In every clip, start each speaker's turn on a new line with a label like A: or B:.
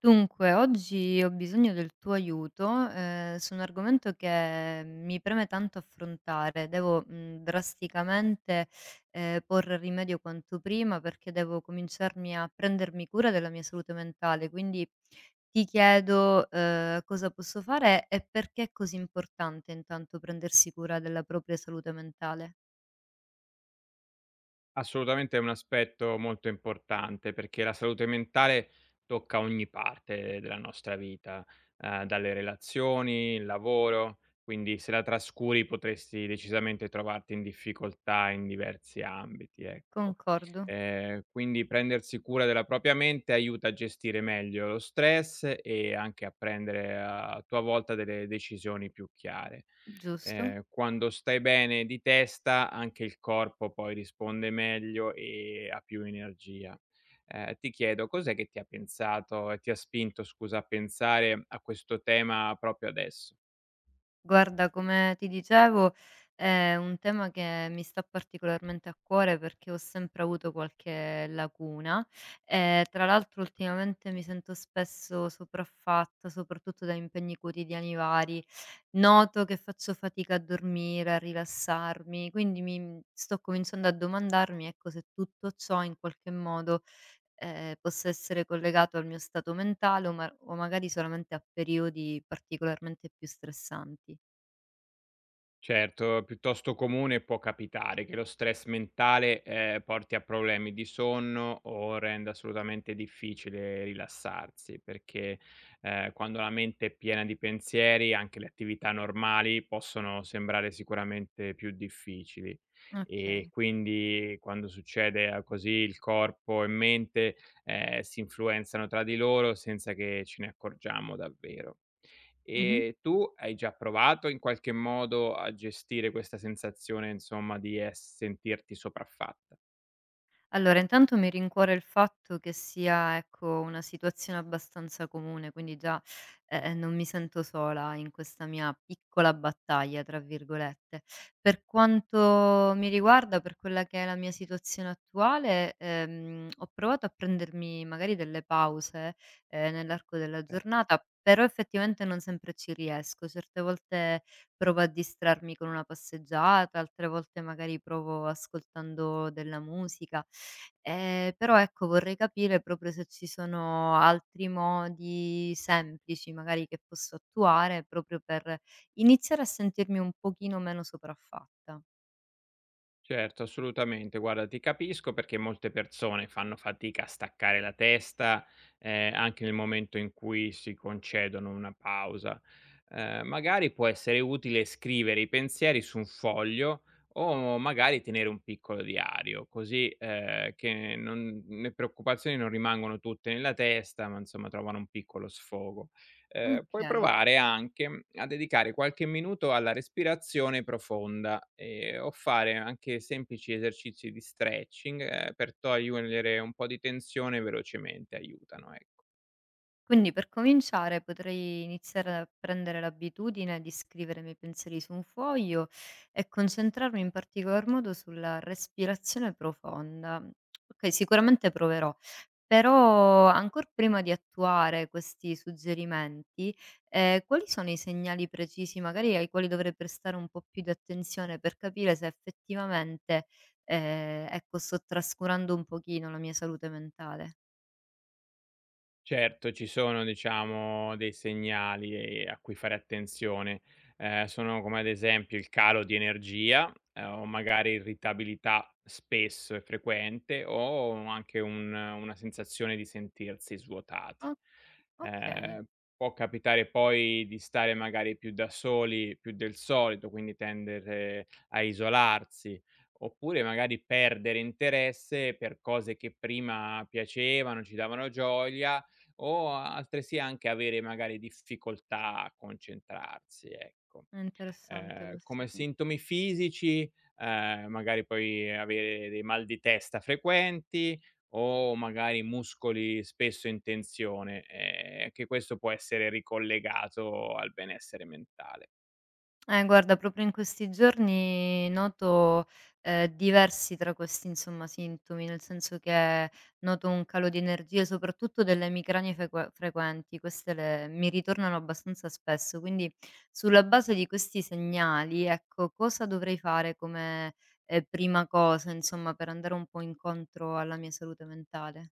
A: Dunque, oggi ho bisogno del tuo aiuto, su un argomento che mi preme tanto affrontare. Devo, drasticamente, porre rimedio quanto prima perché devo cominciarmi a prendermi cura della mia salute mentale. Quindi ti chiedo, cosa posso fare e perché è così importante intanto prendersi cura della propria salute mentale.
B: Assolutamente è un aspetto molto importante, perché la salute mentale tocca ogni parte della nostra vita, dalle relazioni, il lavoro, quindi se la trascuri potresti decisamente trovarti in difficoltà in diversi ambiti, ecco.
A: Concordo,
B: Quindi prendersi cura della propria mente aiuta a gestire meglio lo stress e anche a prendere a tua volta delle decisioni più chiare.
A: giusto?
B: Quando stai bene di testa anche il corpo poi risponde meglio e ha più energia. Ti chiedo cos'è che ti ha pensato e ti ha spinto scusa, a pensare a questo tema proprio adesso?
A: Guarda, come ti dicevo, è un tema che mi sta particolarmente a cuore perché ho sempre avuto qualche lacuna e tra l'altro ultimamente mi sento spesso sopraffatta, soprattutto da impegni quotidiani vari. Noto che faccio fatica a dormire, a rilassarmi, quindi mi sto cominciando a domandarmi, ecco, se tutto ciò in qualche modo possa essere collegato al mio stato mentale o, o magari solamente a periodi particolarmente più stressanti.
B: Certo, piuttosto comune può capitare che lo stress mentale, porti a problemi di sonno o renda assolutamente difficile rilassarsi, perché, quando la mente è piena di pensieri anche le attività normali possono sembrare sicuramente più difficili. E
A: Okay.
B: quindi quando succede a così il corpo e mente, si influenzano tra di loro senza che ce ne accorgiamo davvero.
A: Mh-mh.
B: E tu hai già provato in qualche modo a gestire questa sensazione, insomma, di es sentirti sopraffatta?
A: Allora, intanto mi rincuora il fatto che sia, ecco, una situazione abbastanza comune, quindi già, non mi sento sola in questa mia "piccola battaglia", tra virgolette. Per quanto mi riguarda, per quella che è la mia situazione attuale, ho provato a prendermi magari delle pause, nell'arco della giornata, però effettivamente non sempre ci riesco. Certe volte provo a distrarmi con una passeggiata, altre volte magari provo ascoltando della musica. Però ecco vorrei capire proprio se ci sono altri modi semplici magari che posso attuare proprio per iniziare a sentirmi un pochino meno sopraffatta.
B: Certo, assolutamente. Guarda, ti capisco perché molte persone fanno fatica a staccare la testa, anche nel momento in cui si concedono una pausa. Magari può essere utile scrivere i pensieri su un foglio o magari tenere un piccolo diario, così che non- le preoccupazioni non rimangono tutte nella testa, ma insomma trovano un piccolo sfogo. Puoi
A: Okay.
B: provare anche a dedicare qualche minuto alla respirazione profonda, o fare anche semplici esercizi di stretching, per togliere un po' di tensione velocemente, aiutano, ec
A: Quindi per cominciare potrei iniziare a prendere l'abitudine di scrivere i miei pensieri su un foglio e concentrarmi in particolar modo sulla respirazione profonda. Okay, sicuramente proverò. Però ancor prima di attuare questi suggerimenti, quali sono i segnali precisi magari ai quali dovrei prestare un po' più di attenzione per capire se effettivamente, ecco sto trascurando un pochino la mia salute mentale?
B: Certo, ci sono diciamo dei segnali, a cui fare attenzione. Sono come ad esempio il calo di energia, o magari irritabilità spesso e frequente o anche un una sensazione di sentirsi svuotati.
A: O Okay,
B: Ehm, Può capitare poi di stare magari più da soli, più del solito, quindi tendere a isolarsi, oppure magari perdere interesse per cose che prima piacevano, ci davano gioia o a altresì anche avere magari difficoltà a concentrarsi, ecco.
A: è interessante questo,
B: Come
A: sì.
B: sintomi fisici, magari puoi avere dei mal di testa frequenti o magari muscoli spesso in tensione, che questo può essere ricollegato al benessere mentale.
A: Guarda, proprio in questi giorni noto, diversi tra questi, insomma, sintomi, nel senso che noto un calo di energie, soprattutto delle migragne frequenti, queste le mi ritornano abbastanza spesso. Quindi, sulla base di questi segnali, ecco, cosa dovrei fare come, prima cosa, insomma, per andare un po' incontro alla mia salute mentale?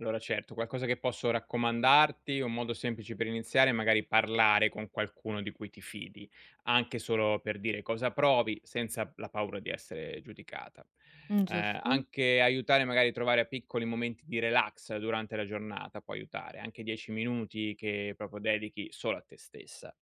B: Allora certo, qualcosa che posso raccomandarti, un modo semplice per iniziare è magari parlare con qualcuno di cui ti fidi, anche solo per dire cosa provi senza la paura di essere giudicata.
A: Giusto.
B: Anche aiutare magari a trovare piccoli momenti di relax durante la giornata può aiutare, anche 10 minuti che proprio dedichi solo a te stessa.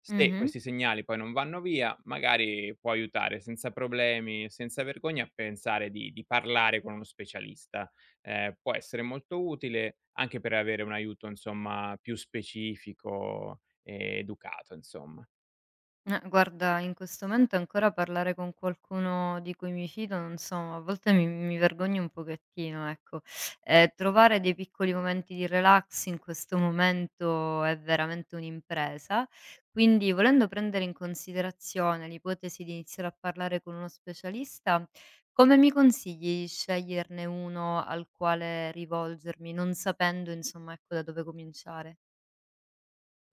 B: Se
A: Mh-mh.
B: questi segnali poi non vanno via, magari può aiutare senza problemi, senza vergogna a pensare di parlare con uno specialista. Può essere molto utile anche per avere un aiuto, insomma, più specifico e educato, insomma.
A: Guarda, in questo momento ancora parlare con qualcuno di cui mi fido, non so, a volte mi vergogno un pochettino, ecco. Trovare dei piccoli momenti di relax in questo momento è veramente un'impresa, quindi volendo prendere in considerazione l'ipotesi di iniziare a parlare con uno specialista, come mi consigli di sceglierne uno al quale rivolgermi, non sapendo insomma, ecco, da dove cominciare?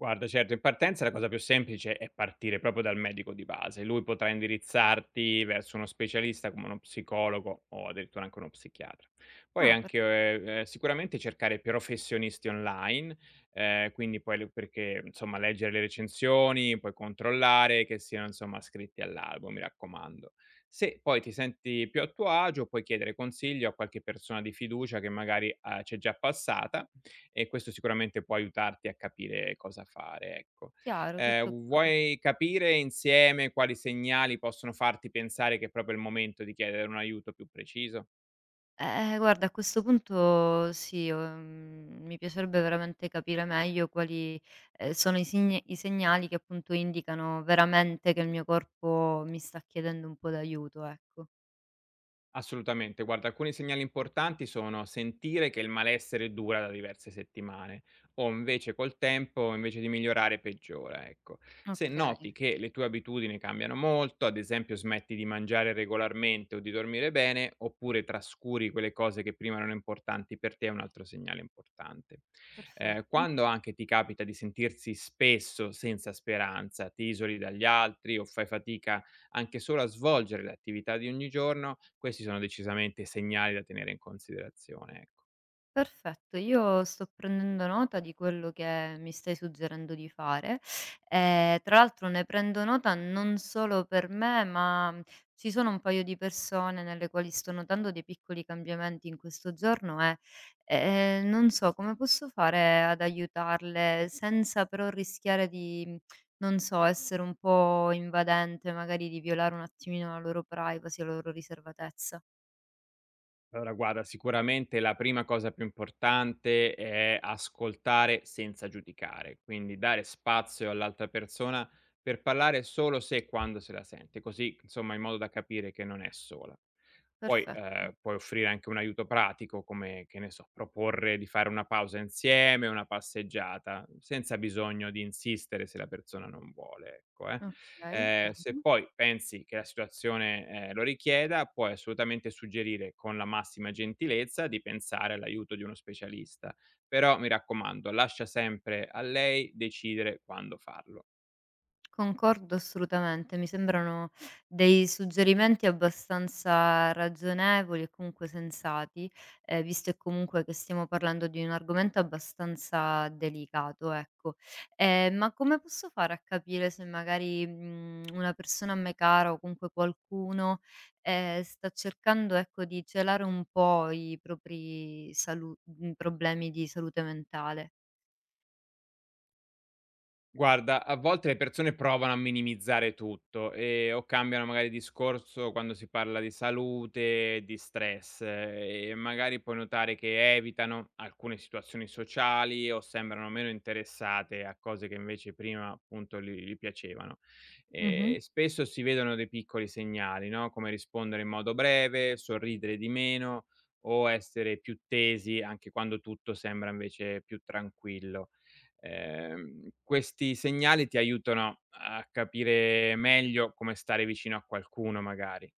B: Guarda, certo, in partenza la cosa più semplice è partire proprio dal medico di base. Lui potrà indirizzarti verso uno specialista come uno psicologo o addirittura anche uno psichiatra. Poi
A: Ah,
B: anche
A: perfe
B: sicuramente cercare professionisti online, quindi poi le- perché insomma leggere le recensioni, poi controllare che siano insomma scritti all'albo, mi raccomando. Se poi ti senti più a tuo agio, puoi chiedere consiglio a qualche persona di fiducia che magari c'è già passata e questo sicuramente può aiutarti a capire cosa fare, ecco.
A: Chiaro, tutto chiaro.
B: Vuoi capire insieme quali segnali possono farti pensare che è proprio il momento di chiedere un aiuto più preciso?
A: Guarda a questo punto sì, mi piacerebbe veramente capire meglio quali, sono i sign i segnali che appunto indicano veramente che il mio corpo mi sta chiedendo un po' d'aiuto, ecco.
B: Assolutamente. Guarda, alcuni segnali importanti sono sentire che il malessere dura da diverse settimane o invece col tempo, invece di migliorare, peggiora, ecco. Se
A: Okay,
B: noti che le tue abitudini cambiano molto, ad esempio smetti di mangiare regolarmente o di dormire bene, oppure trascuri quelle cose che prima erano importanti per te, è un altro segnale importante.
A: perfetto.
B: Quando anche ti capita di sentirsi spesso senza speranza, ti isoli dagli altri o fai fatica anche solo a svolgere le attività di ogni giorno, questi sono decisamente segnali da tenere in considerazione, ecco.
A: Perfetto, io sto prendendo nota di quello che mi stai suggerendo di fare. E, tra l'altro ne prendo nota non solo per me, ma ci sono un paio di persone nelle quali sto notando dei piccoli cambiamenti in questo giorno e non so come posso fare ad aiutarle senza però rischiare di, non so, essere un po' invadente, magari di violare un attimino la loro privacy, la loro riservatezza.
B: Allora guarda, sicuramente la prima cosa più importante è ascoltare senza giudicare, quindi dare spazio all'altra persona per parlare solo se e quando se la sente, così insomma in modo da capire che non è sola. Poi
A: Perfetto.
B: puoi offrire anche un aiuto pratico, come che ne so, proporre di fare una pausa insieme, una passeggiata, senza bisogno di insistere se la persona non vuole, ecco, eh.
A: Ok, chiaro.
B: Se poi pensi che la situazione, lo richieda, puoi assolutamente suggerire con la massima gentilezza di pensare all'aiuto di uno specialista. Però mi raccomando, lascia sempre a lei decidere quando farlo.
A: Concordo assolutamente, mi sembrano dei suggerimenti abbastanza ragionevoli e comunque sensati, visto e comunque che stiamo parlando di un argomento abbastanza delicato, ecco. Ma come posso fare a capire se magari, una persona a me cara o comunque qualcuno, sta cercando, ecco, di celare un po' i propri problemi di salute mentale?
B: Guarda, a volte le persone provano a minimizzare tutto, o cambiano magari discorso quando si parla di salute, di stress, e magari puoi notare che evitano alcune situazioni sociali o sembrano meno interessate a cose che invece prima appunto gli piacevano.
A: Mh-mh.
B: Spesso si vedono dei piccoli segnali, no, come rispondere in modo breve, sorridere di meno o essere più tesi anche quando tutto sembra invece più tranquillo. Questi segnali ti aiutano a capire meglio come stare vicino a qualcuno magari.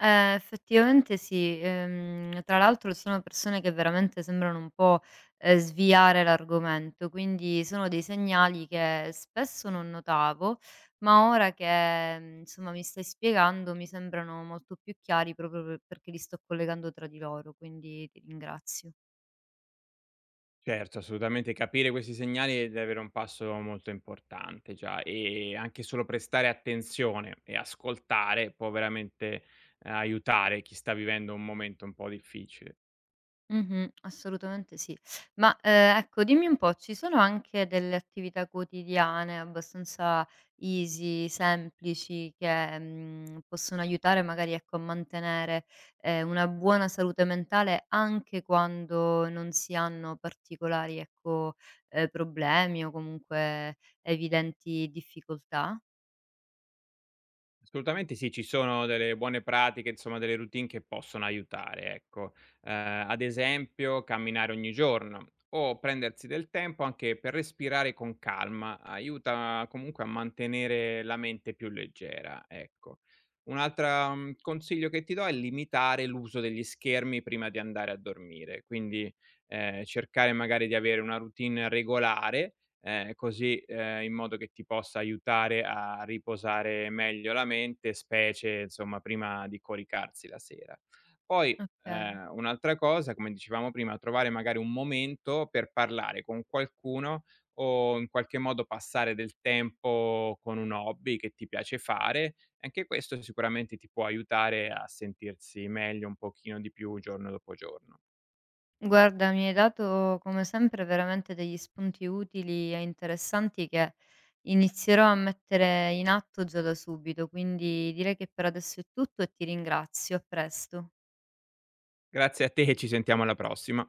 A: Effettivamente sì, tra l'altro sono persone che veramente sembrano un po', sviare l'argomento, quindi sono dei segnali che spesso non notavo, ma ora che, insomma mi stai spiegando mi sembrano molto più chiari proprio pe perché li sto collegando tra di loro, quindi ti ringrazio.
B: Certo, assolutamente capire questi segnali è davvero un passo molto importante già e anche solo prestare attenzione e ascoltare può veramente, aiutare chi sta vivendo un momento un po' difficile.
A: Mh-mh, assolutamente sì. Ma, ecco dimmi un po', ci sono anche delle attività quotidiane abbastanza easy, semplici che, possono aiutare magari, ecco, a mantenere, una buona salute mentale anche quando non si hanno particolari, ecco, problemi o comunque evidenti difficoltà?
B: Assolutamente sì, ci sono delle buone pratiche, insomma delle routine che possono aiutare, ecco. Ad esempio camminare ogni giorno o prendersi del tempo anche per respirare con calma, aiuta comunque a mantenere la mente più leggera, ecco. Un'altra consiglio che ti do è limitare l'uso degli schermi prima di andare a dormire, quindi, cercare magari di avere una routine regolare. Così, in modo che ti possa aiutare a riposare meglio la mente, specie insomma prima di coricarsi la sera. Poi,
A: Okay.
B: un'altra cosa, come dicevamo prima, trovare magari un momento per parlare con qualcuno o in qualche modo passare del tempo con un hobby che ti piace fare, anche questo sicuramente ti può aiutare a sentirsi meglio un pochino di più giorno dopo giorno.
A: Guarda, mi hai dato come sempre veramente degli spunti utili e interessanti che inizierò a mettere in atto già da subito, quindi direi che per adesso è tutto e ti ringrazio, a presto.
B: Grazie a te e ci sentiamo alla prossima.